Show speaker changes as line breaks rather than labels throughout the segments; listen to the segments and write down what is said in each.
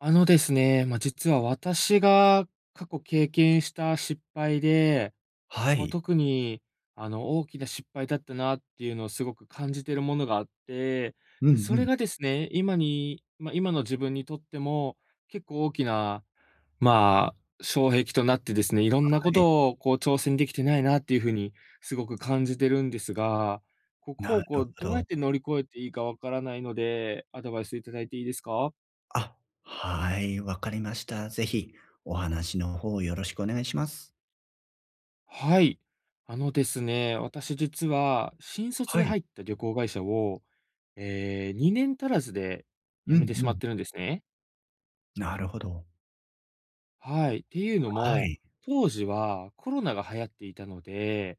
あのですね、まあ、実は私が過去経験した失敗で、
は
まあ、
い。
特に、大きな失敗だったなっていうのをすごく感じてるものがあって、
うん
で、そ
う
れ
ん。
がですね、今にまあ、今の自分にとっても結構大きな、まあ、障壁となってですね、いろんな
は
こ
い、
とをこう挑戦できてないなっていうふうにすごく感じてるんですが、ここ
な
をこ
る
う
ほ
どうやっ
ど。
て乗り越えていいかわからないので、アドバイスいただいていいですか？
あ、はい、わかりました。ぜひお話の方よろしくお願いします。
はい。あのですね、私実は新卒
は
で
い。
入った旅行会社を、2年足らずで
う
辞め
ん
てし
う
まっ
ん。
てるんですね。
なるほど。
はい。っていうの
は
も、
い。
当時はコロナが流行っていたので、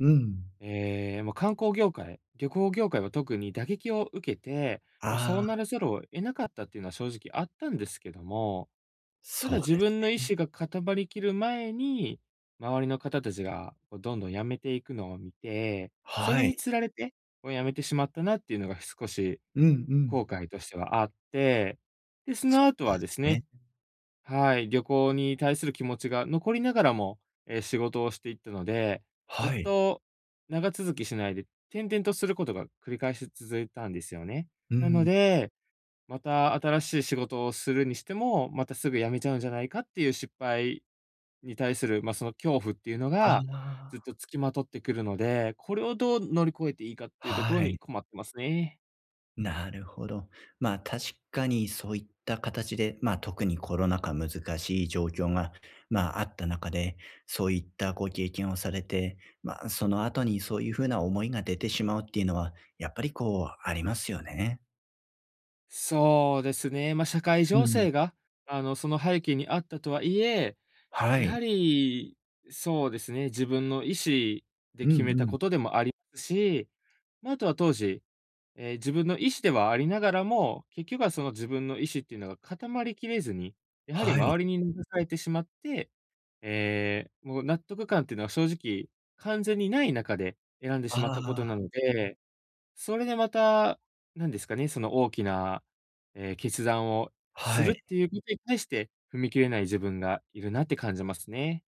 うん。
まあ、観光業界、旅行業界は特に打撃を受けて、まあ、そう
あ
なら
あ、
ざるを得なかったっていうのは正直あったんですけども、た
そ
だ
う
自
です
分の意
ね。
志が固まりきる前に、周りの方たちがこうどんどん辞めていくのを見て、そ
は
れに
い。
つられて、こう辞めてしまったなっていうのが少し
うんうん。
後悔としてはあって、で、その
そ
後
うで
はです
す
ね、
ね。
はい、旅行に対する気持ちが残りながらも、仕事をしていったので、ずっ
はい。
と長続きしないで、転々とすることが繰り返し続いたんですよね。
う
なの
ん。
で、また新しい仕事をするにしても、またすぐ辞めちゃうんじゃないかっていう失敗に対する、まあ、その恐怖っていうの
あ
が、ずっ
あ、
と付きまとってくるので、これをどう乗り越えていいかっていうところ
は
に
い。
困ってますね。
なるほど。まあ確かにそういった形で、まあ特にコロナ禍難しい状況が、まああった中で、そういったご経験をされて、まあその後にそういうふうな思いが出てしまうっていうのは、やっぱりこうありますよね。
そうですね、まあ、社会
う
情
ん。
勢が、その背景にあったとはいえ、
は
やは
い。
り、そうですね、自分の意思で
うん
決めた
う
こと
ん。
でもありますし、まあ、あとは当時自分の意思ではありながらも、結局はその自分の意思っていうのが固まりきれずに、やはり
はい。
周りに流されてしまって、もう納得感っていうのは正直完全にない中で選んでしまったこと
ああ、
なので、それでまた、何ですかね、その大きな、決断をす
は
る
い。
っていうことに対して踏み切れない自分がいるなって感じますね。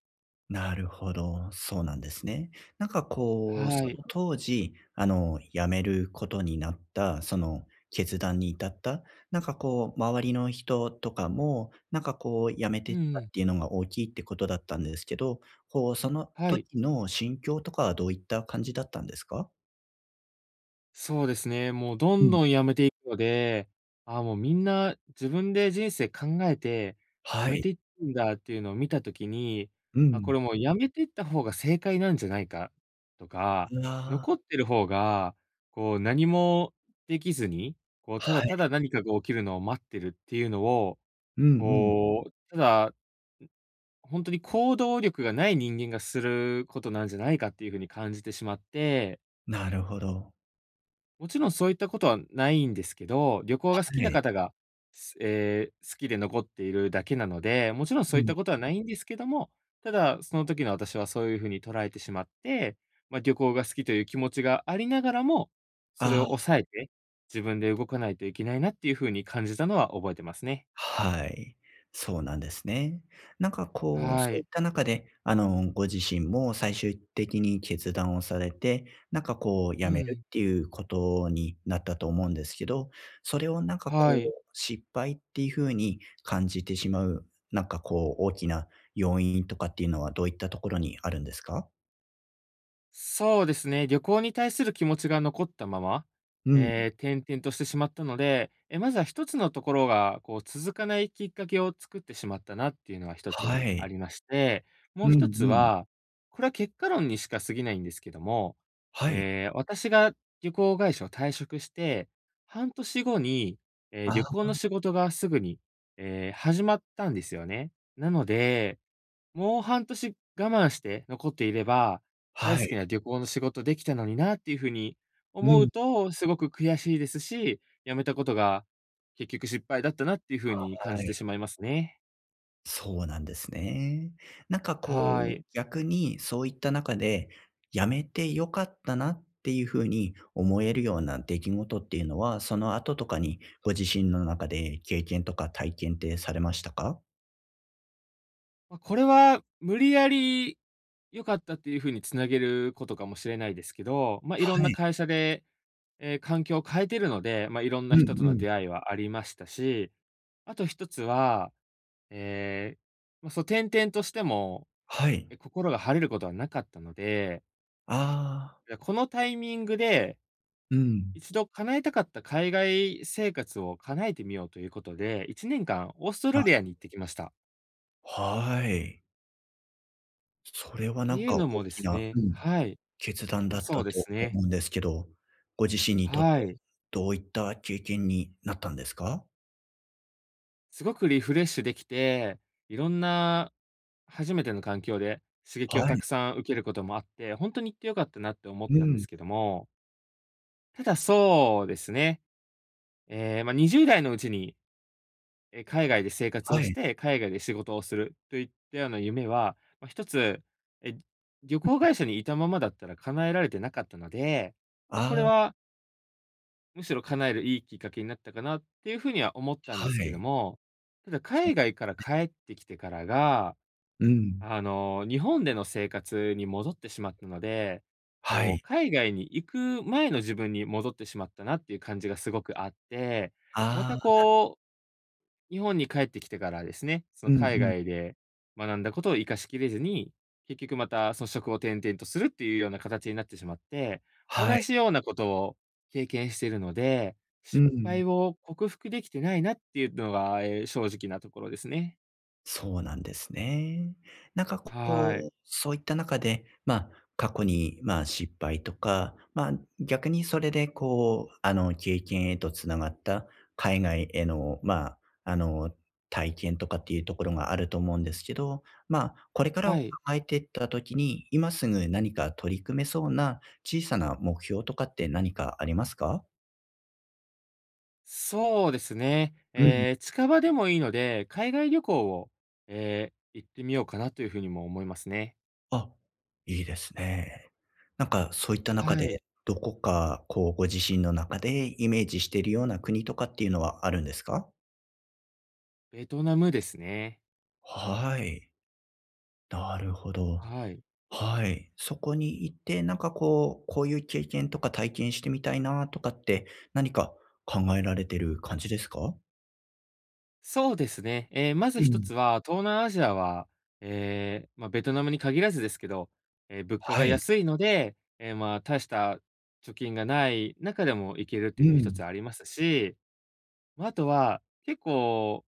なるほど、そうなんですね。なんかこう、
は
そ
い。
の当時、あの、辞めることになった、その決断に至った、なんかこう、周りの人とかも、なんかこう、辞め
う
てった
ん。
っていうのが大きいってことだったんですけど、こう、その
はい。
時の心境とかはどういった感じだったんですか？
そうですね。もうど
う
ん
ん。
どん辞めていくので、ああ、もうみんな自分で人生考えて辞
は
め
い。
ていくんだっていうのを見た時に、
う
あ、こ
ん。
れもう辞めていった方が正解なんじゃないかとか、
うわ、
残ってる方が、こう何もできずに、こうただ
は
ただ
い。
何かが起きるのを待ってるっていうのを、
うんうん。
こう、ただ本当に行動力がない人間がすることなんじゃないかっていうふうに感じてしまって、
なるほど。
もちろんそういったことはないんですけど、旅行
は
が好きな
い。
方が、すえー好きで残っているだけなので、もちろんそ
う
ういっ
ん。
たことはないんですけども、ただ、その時の私はそういうふうに捉えてしまって、まあ、旅行が好きという気持ちがありながらも、それを
ああ。
抑えて、自分で動かないといけないなっていうふうに感じたのは覚えてますね。
はい。そうなんですね。なんかこう、
は
そういっ
い。
た中で、あの、ご自身も最終的に決断をされて、なんかこう
う
辞める
ん。
っていうことになったと思うんですけど、それをなんかこ
は
う、
い。
失敗っていう風に感じてしまう、なんかこう、大きな要因とかっていうのはどういったところにあるんですか？
そうですね、旅行に対する気持ちが残ったまま、
うん。
ええ、転々としてしまったので、まずは一つのところが、こう続かないきっかけを作ってしまったなっていうのは一つ
は
あ
い。
りまして、も
う
う一
ん
つ
うん。
は、これは結果論にしか過ぎないんですけども、
はい。
私が旅行会社を退職して、半年後に、
あ、
旅行の仕事がすぐに、ええ、始まったんですよね。なのでもう半年我慢して残っていれば、大
は
好き
い。
な旅行の仕事できたのになっていう風に
う
思う
ん。
と、すごく悔しいですし、辞めたことが結局失敗だったなっていう風に感
は
じて
い。
しまいますね。
そうなんですね。なんかこ
は
う、
い。
逆にそういった中で、やめてよかったなっていう風に思えるような出来事っていうのは、その後とかにご自身の中で経験とか体験ってされましたか？
ま、これは無理やり良かったっていう風につなげることかもしれないですけど、まあ、いろん
は
な
い。
会社で、環境を変えてるので、まあ、いろん
う
な人と
んう
の
ん。
出会いはありましたし、あと一つは、ええ、まあ、そう、転々としても
はい。
心が晴れることはなかったので、
ああ、
いや、このタイミングで、
うん。
一度叶えたかった海外生活を叶えてみようということで、1年間オースト
な
ラリ
る
アに行ってきました。
はい。それは
って
なん
いう
か大
のもで
き
す
な、
ね、
うん、
はい。
決断だ
あ、
っ
そ
た
うで
と
すね。
思うんですけど、ご自身にとって
は
は
い。
どういった経験になったんですか？
すごくリフレッシュできて、いろんな初めての環境で刺激
は
をた
い。
くさん受けることもあって、ほんとに行って良かったなって思っ
う
たんで
ん。
すけども、ただそうですね、ええ、ま、20代のうちに海外で生活を
は
し
い。
て、海外で仕事をするといったような夢は、まあ、一つ、え、旅行会社にいたままだったら叶えられてなかったので、まあ、これ
ああ、
はむしろ叶えるいいきっかけになったかなっていうふうには思ったん
は
ですけど
い。
も、ただ
そう。
海外から帰ってきてからが、
うん。
日本での生活に戻ってしまったので、
は
こう、
い。
海外に行く前の自分に戻ってしまったなっていう感じがすごくあって、ま
あ
た
あ。
こう日本に帰ってきてからですね、そ
う
の
ん
海
うん。
外で学んだことを活かしきれずに、結局またその職を転々とするっていうような形になってしまって、同
はい。
じようなことを経験しているので、
う
失
ん。
敗を克服できてないなっていうのが、正直なところですね。
そうなんですね。なんかこ
はい。
う、そういった中で、まあ、過去に、まあ、失敗とか、まあ、逆にそれでこう、あの、経験へとつながった海外への、まあ、あの、体験とかっていうところがあると思うんですけど、まあ、これからを
は
考
い。
えていった時に、今すぐ何か取り組めそうな小さな目標とかって何かありますか？
そうですね。
うん。
近場でもいいので、海外旅行を、行ってみようかなというふうにも思いますね。
あ、いいですね。なんかそういった中
はい。
で、どこかこうご自身の中でイメージしているような国とかっていうのはあるんですか？
ベトナムですね。
はい、なるほど。
はい。
はい。そこに行って、なんかこう、こういう経験とか体験してみたいなとかって、何か考えられてる感じですか？
そうですね。まず
う
一
ん。
つは、東南アジアは、ええ、まあ、ベトナムに限らずですけど、物価が
はい。
安いので、ええ、まあ、大した貯金がない中でも行けるっていう
う
のは一
ん。
つありますし、まあ、あとは、結構、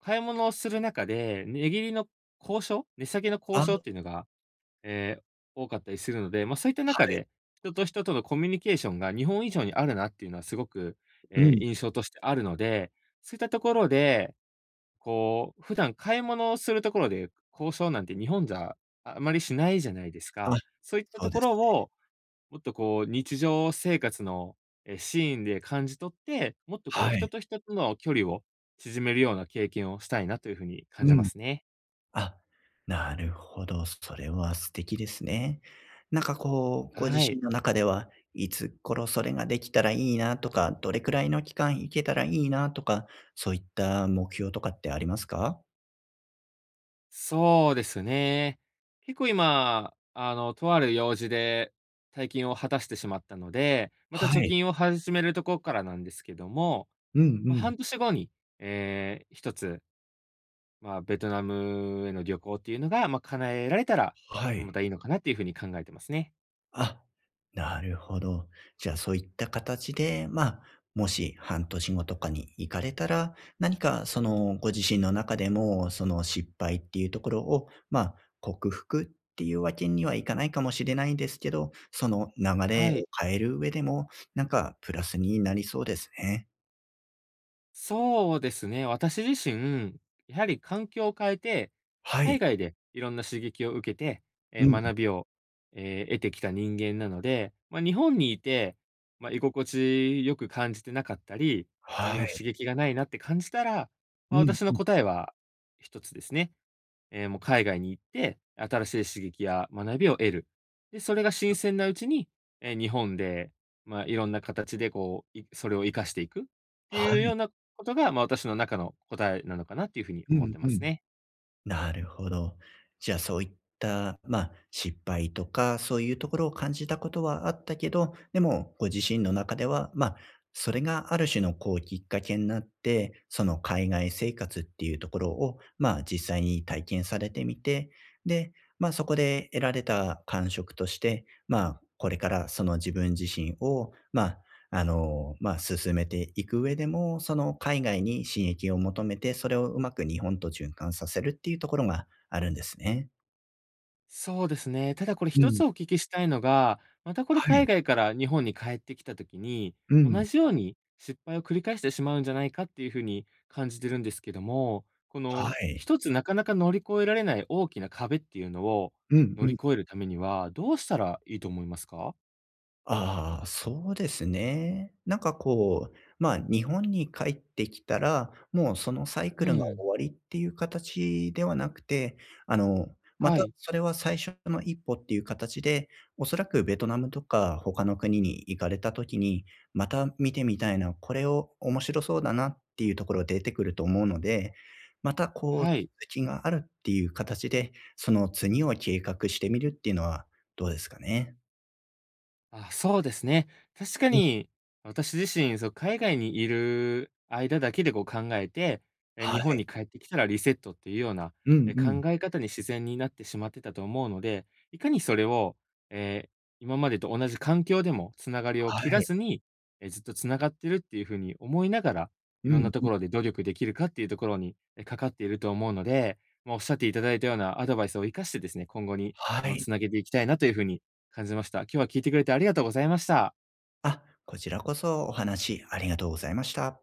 買い物をする中で、値切りの交渉、値下げの
あ、
交渉っ
は
ていうのが、えー多かったりするので、まあ、そういった中
い。
で、人と人とのコミュニケーションが日本以上にあるなっていうのはすごく、
う
ええ、
ん。
印象としてあるので、そういったところでこう、普段買い物をするところで、交渉なんて日本じゃあまりしないじゃないです
あ、
か。そういった
そ
と
うで
ころ
すね。
を、もっとこう、日常生活の、シーンで感じ取って、もっとこう、
は
人
い。
と人との距離を縮めるような経験をしたいなというふうに感
う
じま
ん。
すね。
あ、なるほど、それは素敵ですね。なんかこう、ご自
はい。
身の中では、いつ頃それができたらいいなとか、どれくらいの期間行けたらいいなとか、そういった目標とかってありますか？
そうですね。結構今、とある用事で退金を果たしてしまったので、また
は
貯
い。
金を始めるところからなんですけども、
うんう
まあ、
ん。
半年後に、一つ、まあ、ベトナムへの旅行っていうのが、まあ、叶えられたら、
は
ま
い。
たいいのかなっていうふうに考えてますね。
あ、なるほど。じゃあそういった形で、まあ、もし半年後とかに行かれたら、何かそのご自身の中でも、その失敗っていうところを、まあ、克服っていうわけにはいかないかもしれないですけど、その流
は
れを
い。
変える上でも、なんかプラスになりそうですね。
そうですね、私自身、やはり環境を変えて、
は
海
い。
外でいろんな刺激を受けて、
うん。
学びを、得てきた人間なので、まあ、日本にいて、まあ、居心地よく感じてなかったり、何
は
も刺
い。
激がないなって感じたら、ま
う
あ、
ん
私の
うん。
答えは一つですね。もう海外に行って、新しい刺激や学びを得る。で、それが新鮮なうちに、日本で、まあ、いろんな形でこう、それを活かしていくって
は
いうよ
い。
うなことが、まあ、私の中の答えなのかなっていうふうに
う
思っ
ん
てま
う
す
ん。
ね。
なるほど。じゃあそういった、まあ、失敗とか、そういうところを感じたことはあったけど、でもご自身の中では、まあ、それがある種のこうきっかけになって、その海外生活っていうところを、まあ実際に体験されてみて、で、まあそこで得られた感触として、まあこれからその自分自身を、まああの、まあ、進めていく上でも、その海外に刺激を求めて、それをうまく日本と循環させるっていうところがあるんですね。
そうですね。ただこれ
う
一
ん、
つお聞きしたいのが、またこれ
は
海
い。
外から日本に帰ってきた時に、
う
同
ん。
じように失敗を繰り返してしまうんじゃないかっていうふうに感じてるんですけども、こ
は
の
い。
一つなかなか乗り越えられない大きな壁っていうのを
うん
乗
う
り
ん。
越えるためには、どうしたらいいと思いますか？
ああ、そうですね。なんかこう、まあ、日本に帰ってきたら、もうそのサイク
う
ルが
ん。
終わりっていう形ではなくて、あの、ま
は
た
い。
それは最初の一歩っていう形で、おそらくベトナムとか他の国に行かれた時に、また見てみたいな、これを面白そうだなっていうところ出てくると思うので、またこう続
はい。
きがあるっていう形で、その次を計画してみるっていうのはどうですかね。
あ、そうですね。確か
うん。
に、私自身、そう、海外にいる間だけでこう考えて、
は
日本
い。
に帰ってきたらリセットっていうような、
うんう
考
ん。
え方に自然になってしまってたと思うので、いかにそれを、え、今までと同じ環境でもつながりを
は
切ら
い。
ずに、ずっとつながってるっていう風に思いながら、い
う
ろんな
ん
と
うん。
ころで努力できるかっていうところに、かかっていると思うので、まあ、おっしゃっていただいたようなアドバイスを活かしてですね、今後に、
はい。
なげていきたいなという風に感じました。今日は聞いてくれてありがとうございました。
あ、こちらこそお話ありがとうございました。